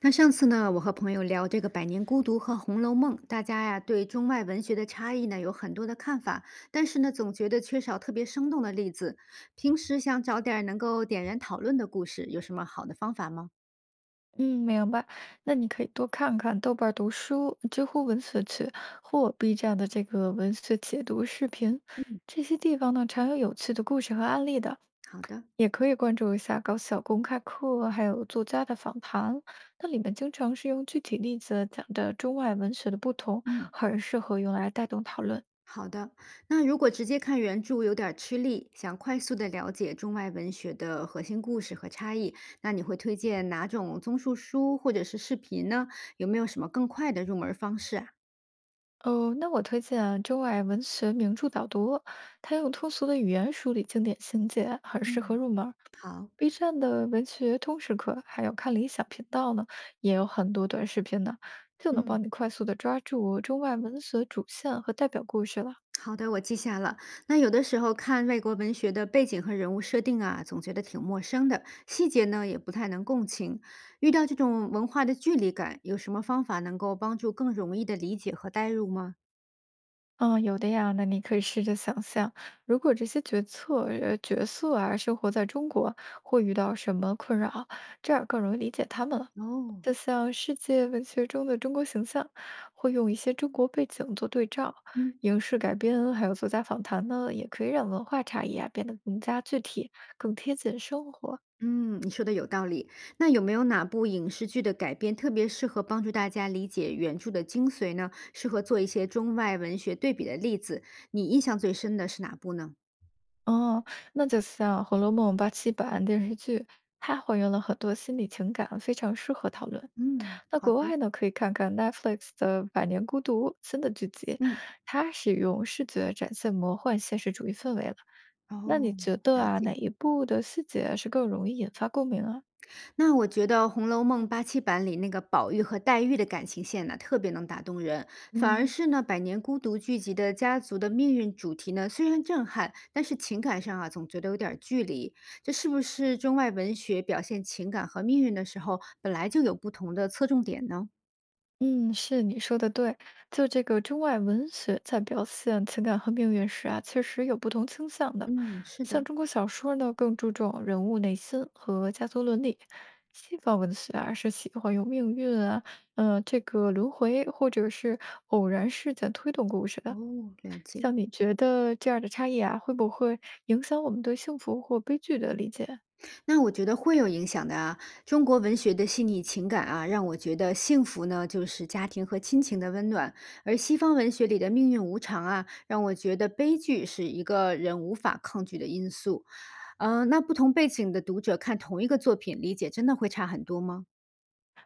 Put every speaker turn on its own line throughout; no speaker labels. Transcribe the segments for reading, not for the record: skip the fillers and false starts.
那上次呢，我和朋友聊这个《百年孤独》和《红楼梦》，大家呀对中外文学的差异呢有很多的看法，但是呢总觉得缺少特别生动的例子。平时想找点儿能够点燃讨论的故事，有什么好的方法吗？
嗯，明白。那你可以多看看豆瓣儿读书、知乎文学区或 B 站的这个文学解读视频，这些地方呢常有有趣的故事和案例的。
好的，
也可以关注一下高校公开课，还有作家的访谈，那里面经常是用具体例子讲的中外文学的不同，
嗯，
很适合用来带动讨论。
好的。那如果直接看原著有点儿吃力，想快速的了解中外文学的核心故事和差异，那你会推荐哪种综述书或者是视频呢？有没有什么更快的入门方式啊？
哦，那我推荐啊中外文学名著导读，它用通俗的语言梳理经典情节，很适合
嗯，
入门。
好，
B 站的文学通识课，还有看理想频道呢，也有很多短视频呢，就能
嗯。
帮你快速的抓住中外文学主线和代表故事了。
好的，我记下了。那有的时候看外国文学的背景和人物设定啊，总觉得挺陌生的，细节呢也不太能共情。遇到这种文化的距离感，有什么方法能够帮助更容易的理解和代入吗？
嗯，有的呀。那你可以试着想象，如果这些决策角色啊生活在中国，会遇到什么困扰，这样更容易理解他们了。
哦，
就像世界文学中的中国形象，会用一些中国背景做对照，
嗯
影视改编还有作家访谈呢，也可以让文化差异啊变得更加具体，更贴近生活。
嗯，你说的有道理。那有没有哪部影视剧的改编特别适合帮助大家理解原著的精髓呢？适合做一些中外文学对比的例子？你印象最深的是哪部呢？
哦，那就像《红楼梦》87版电视剧，它还原了很多心理情感，非常适合讨论。
嗯，
那
好
国
的，
外呢，可以看看 Netflix 的《百年孤独》新的剧集，
嗯，
它是用视觉展现魔幻现实主义氛围了。那你
哦，
觉得
了
啊，
解。
哪一部的细节是更容易引发共鸣啊？
那我觉得《红楼梦》87版里那个宝玉和黛玉的感情线呢，特别能打动人。反而
嗯，
是呢，《百年孤独》剧集的家族的命运主题呢，虽然震撼，但是情感上啊，总觉得有点儿距离。这是不是中外文学表现情感和命运的时候，本来就有不同的侧重点呢？
嗯，是你说的对，就这个中外文学在表现情感和命运时啊，确实有不同倾向的。
嗯，是
像
的。
中国小说呢，更注重人物内心和家族伦理；西方文学啊，是喜欢用命运啊，这个轮回或者是偶然事件推动故事的。
哦，了解。
像你觉得这样的差异啊，会不会影响我们对幸福或悲剧的理解？
那我觉得会有影响的啊。中国文学的细腻情感啊，让我觉得幸福呢就是家庭和亲情的温暖，而西方文学里的命运无常啊，让我觉得悲剧是一个人无法抗拒的因素。那不同背景的读者看同一个作品，理解真的会差很多吗？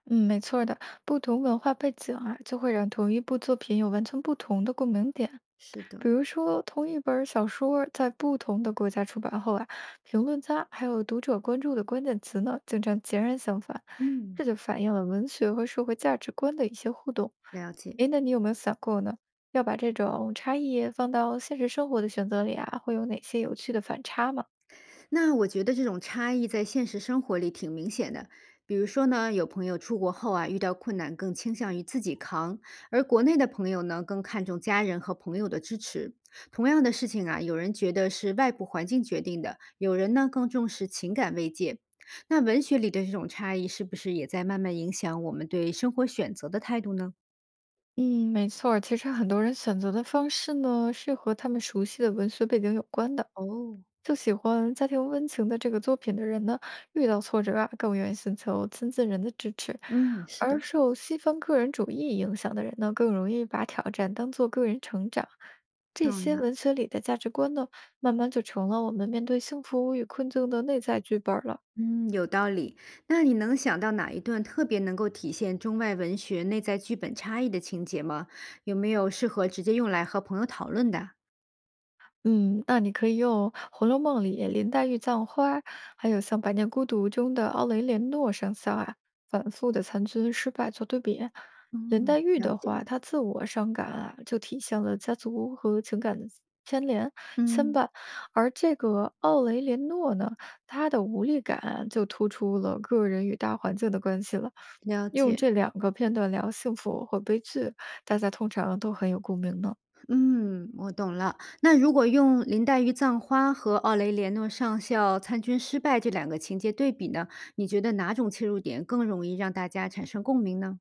嗯，没错儿的，不同文化背景啊，就会让同一部作品有完全不同的共鸣点。
是的，
比如说，同一本儿小说儿在不同的国家出版后啊，评论家还有读者关注的关键词呢，经常截然相反，
嗯，
这就反映了文学和社会价值观的一些互动。
了解。
诶，那你有没有想过呢？要把这种差异放到现实生活的选择里啊，会有哪些有趣的反差吗？
那我觉得这种差异在现实生活里挺明显的。比如说呢，有朋友出国后啊，遇到困难更倾向于自己扛，而国内的朋友呢，更看重家人和朋友的支持。同样的事情啊，有人觉得是外部环境决定的，有人呢更重视情感慰藉。那文学里的这种差异，是不是也在慢慢影响我们对生活选择的态度呢？
嗯，没错儿。其实很多人选择的方式呢，是和他们熟悉的文学背景有关的。
哦，
就喜欢家庭温情的这个作品的人呢，遇到挫折啊，更愿意寻求亲近人的支持；
嗯，是
而
的，
受西方个人主义影响的人呢，更容易把挑战当做个人成长。这
懂
些
了。
文学里的价值观呢，慢慢就成了我们面对幸福与困境的内在剧本儿了。
嗯，有道理。那你能想到哪一段特别能够体现中外文学内在剧本差异的情节吗？有没有适合直接用来和朋友讨论的？
嗯，那你可以用《红楼梦》里林黛玉葬花，还有像《百年孤独》中的奥雷连诺上校啊，反复的参军失败做对比。林
嗯，
黛玉
了
的
解。
话，她自我伤感啊，就体现了家族和情感的牵连牵
嗯，
绊；而这个奥雷连诺呢，他的无力感啊就突出了个人与大环境的关系了。
了
用
解。
这两个片段聊幸福或悲剧，大家通常都很有共鸣呢。
嗯，我懂了。那如果用林黛玉葬花和奥雷连诺上校参军失败这两个情节对比呢，你觉得哪种切入点更容易让大家产生共鸣呢？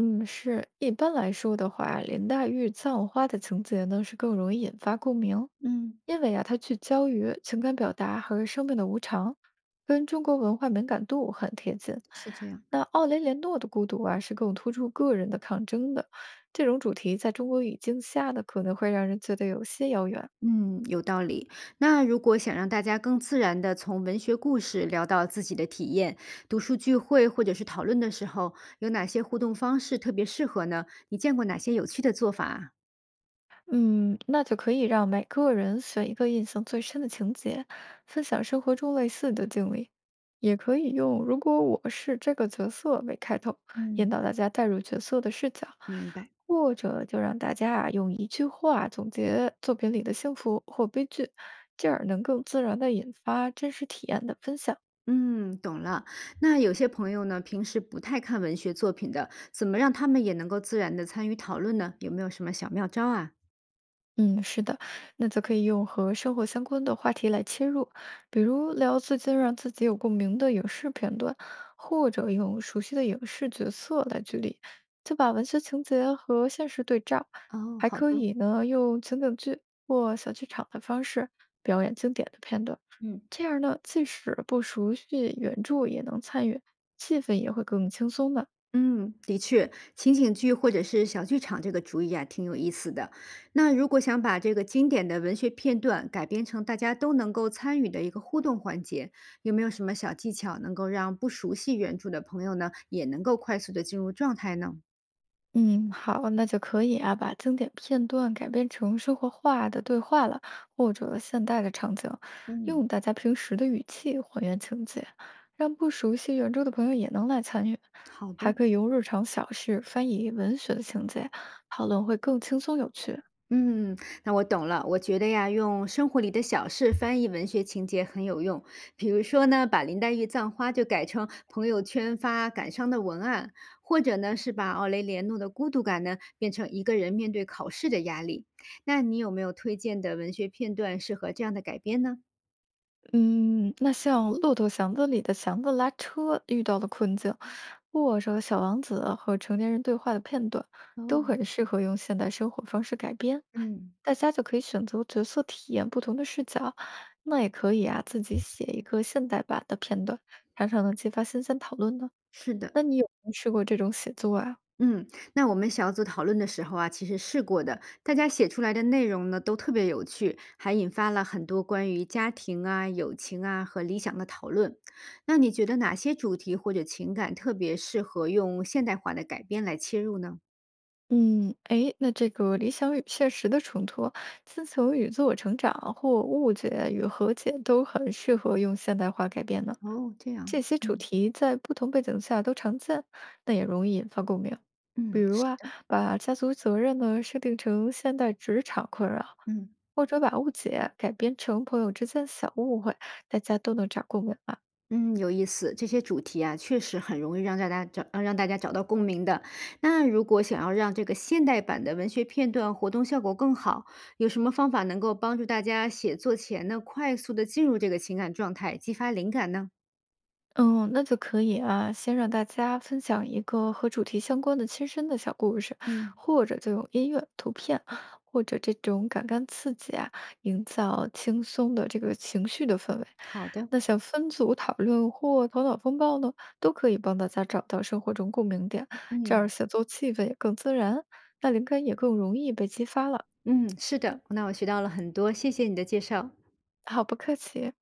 嗯，是，一般来说的话，林黛玉《葬花》的情节呢是更容易引发共鸣，
嗯，
因为啊，它聚焦于情感表达和生命的无常，跟中国文化敏感度很贴近。
是这样。
那奥雷连诺的《孤独》啊，是更突出个人的抗争的，这种主题在中国语境下呢，可能会让人觉得有些遥远。
嗯，有道理。那如果想让大家更自然地从文学故事聊到自己的体验，读书聚会或者是讨论的时候，有哪些互动方式特别适合呢？你见过哪些有趣的做法啊？
嗯，那就可以让每个人选一个印象最深的情节，分享生活中类似的经历，也可以用"如果我是这个角色"为开头，引
嗯，
导大家带入角色的视角，
明白。
或者就让大家啊用一句话总结作品里的幸福或悲剧，进而能更自然的引发真实体验的分享。
嗯，懂了。那有些朋友呢，平时不太看文学作品的，怎么让他们也能够自然地参与讨论呢？有没有什么小妙招啊？
嗯，是的，那就可以用和生活相关的话题来切入，比如聊最近让自己有共鸣的影视片段，或者用熟悉的影视角色来举例，就把文学情节和现实对照。
哦，
还
好的，
可以呢，用情景剧或小剧场的方式表演经典的片段，
嗯。
这样呢，即使不熟悉原著也能参与，气氛也会更轻松的。
嗯，的确，情景剧或者是小剧场这个主意啊，挺有意思的。那如果想把这个经典的文学片段改编成大家都能够参与的一个互动环节，有没有什么小技巧能够让不熟悉原著的朋友呢，也能够快速的进入状态呢？
嗯，好，那就可以啊，把经典片段改编成生活化的对话了，或者现代的场景，
嗯，
用大家平时的语气还原情节，让不熟悉原著的朋友也能来参与，
好
还
的。
可以用日常小事翻译文学的情节，讨论会更轻松有趣。
嗯，那我懂了。我觉得呀，用生活里的小事翻译文学情节很有用。比如说呢，把林黛玉葬花就改成朋友圈发感伤的文案，或者呢是把奥雷连诺的孤独感呢变成一个人面对考试的压力。那你有没有推荐的文学片段适合这样的改编呢？
嗯，那像《骆驼祥子》里的祥子拉车遇到的困境，或者《小王子》和成年人对话的片段，都
哦，
很适合用现代生活方式改编。
嗯，
大家就可以选择角色体验不同的视角，那也可以啊，自己写一个现代版的片段，常常能激发新鲜讨论呢。
是的。
那你有没有试过这种写作啊？
嗯，那我们小组讨论的时候啊，其实试过的，大家写出来的内容呢都特别有趣，还引发了很多关于家庭啊、友情啊和理想的讨论。那你觉得哪些主题或者情感特别适合用现代化的改编来切入呢？
嗯，哎，那这个理想与现实的冲突，自求与自我成长或误解与和解都很适合用现代化改编呢。
哦，这
这
样，
些主
嗯，
题在不同背景下都常见，那也容易引发共鸣。比
嗯，
如
是
啊，
的，
把家族责任呢设定成现代职场困扰，
嗯。
或者把误解改编成朋友之间小误会，大家都能找共鸣啊。
嗯，有意思，这些主题啊，确实很容易让大家让大家找到共鸣的。那如果想要让这个现代版的文学片段活动效果更好，有什么方法能够帮助大家写作前呢，快速的进入这个情感状态，激发灵感呢？
嗯，那就可以啊，先让大家分享一个和主题相关的亲身的小故事，
嗯，
或者就用音乐、图片，或者这种感官刺激啊，营造轻松的这个情绪的氛围。
好的。
那想分组讨论或头脑风暴呢，都可以帮大家找到生活中共鸣点，这样
嗯
写作气氛也更自然，那灵感也更容易被激发了。
嗯，是的，那我学到了很多，谢谢你的介绍。
好，不客气。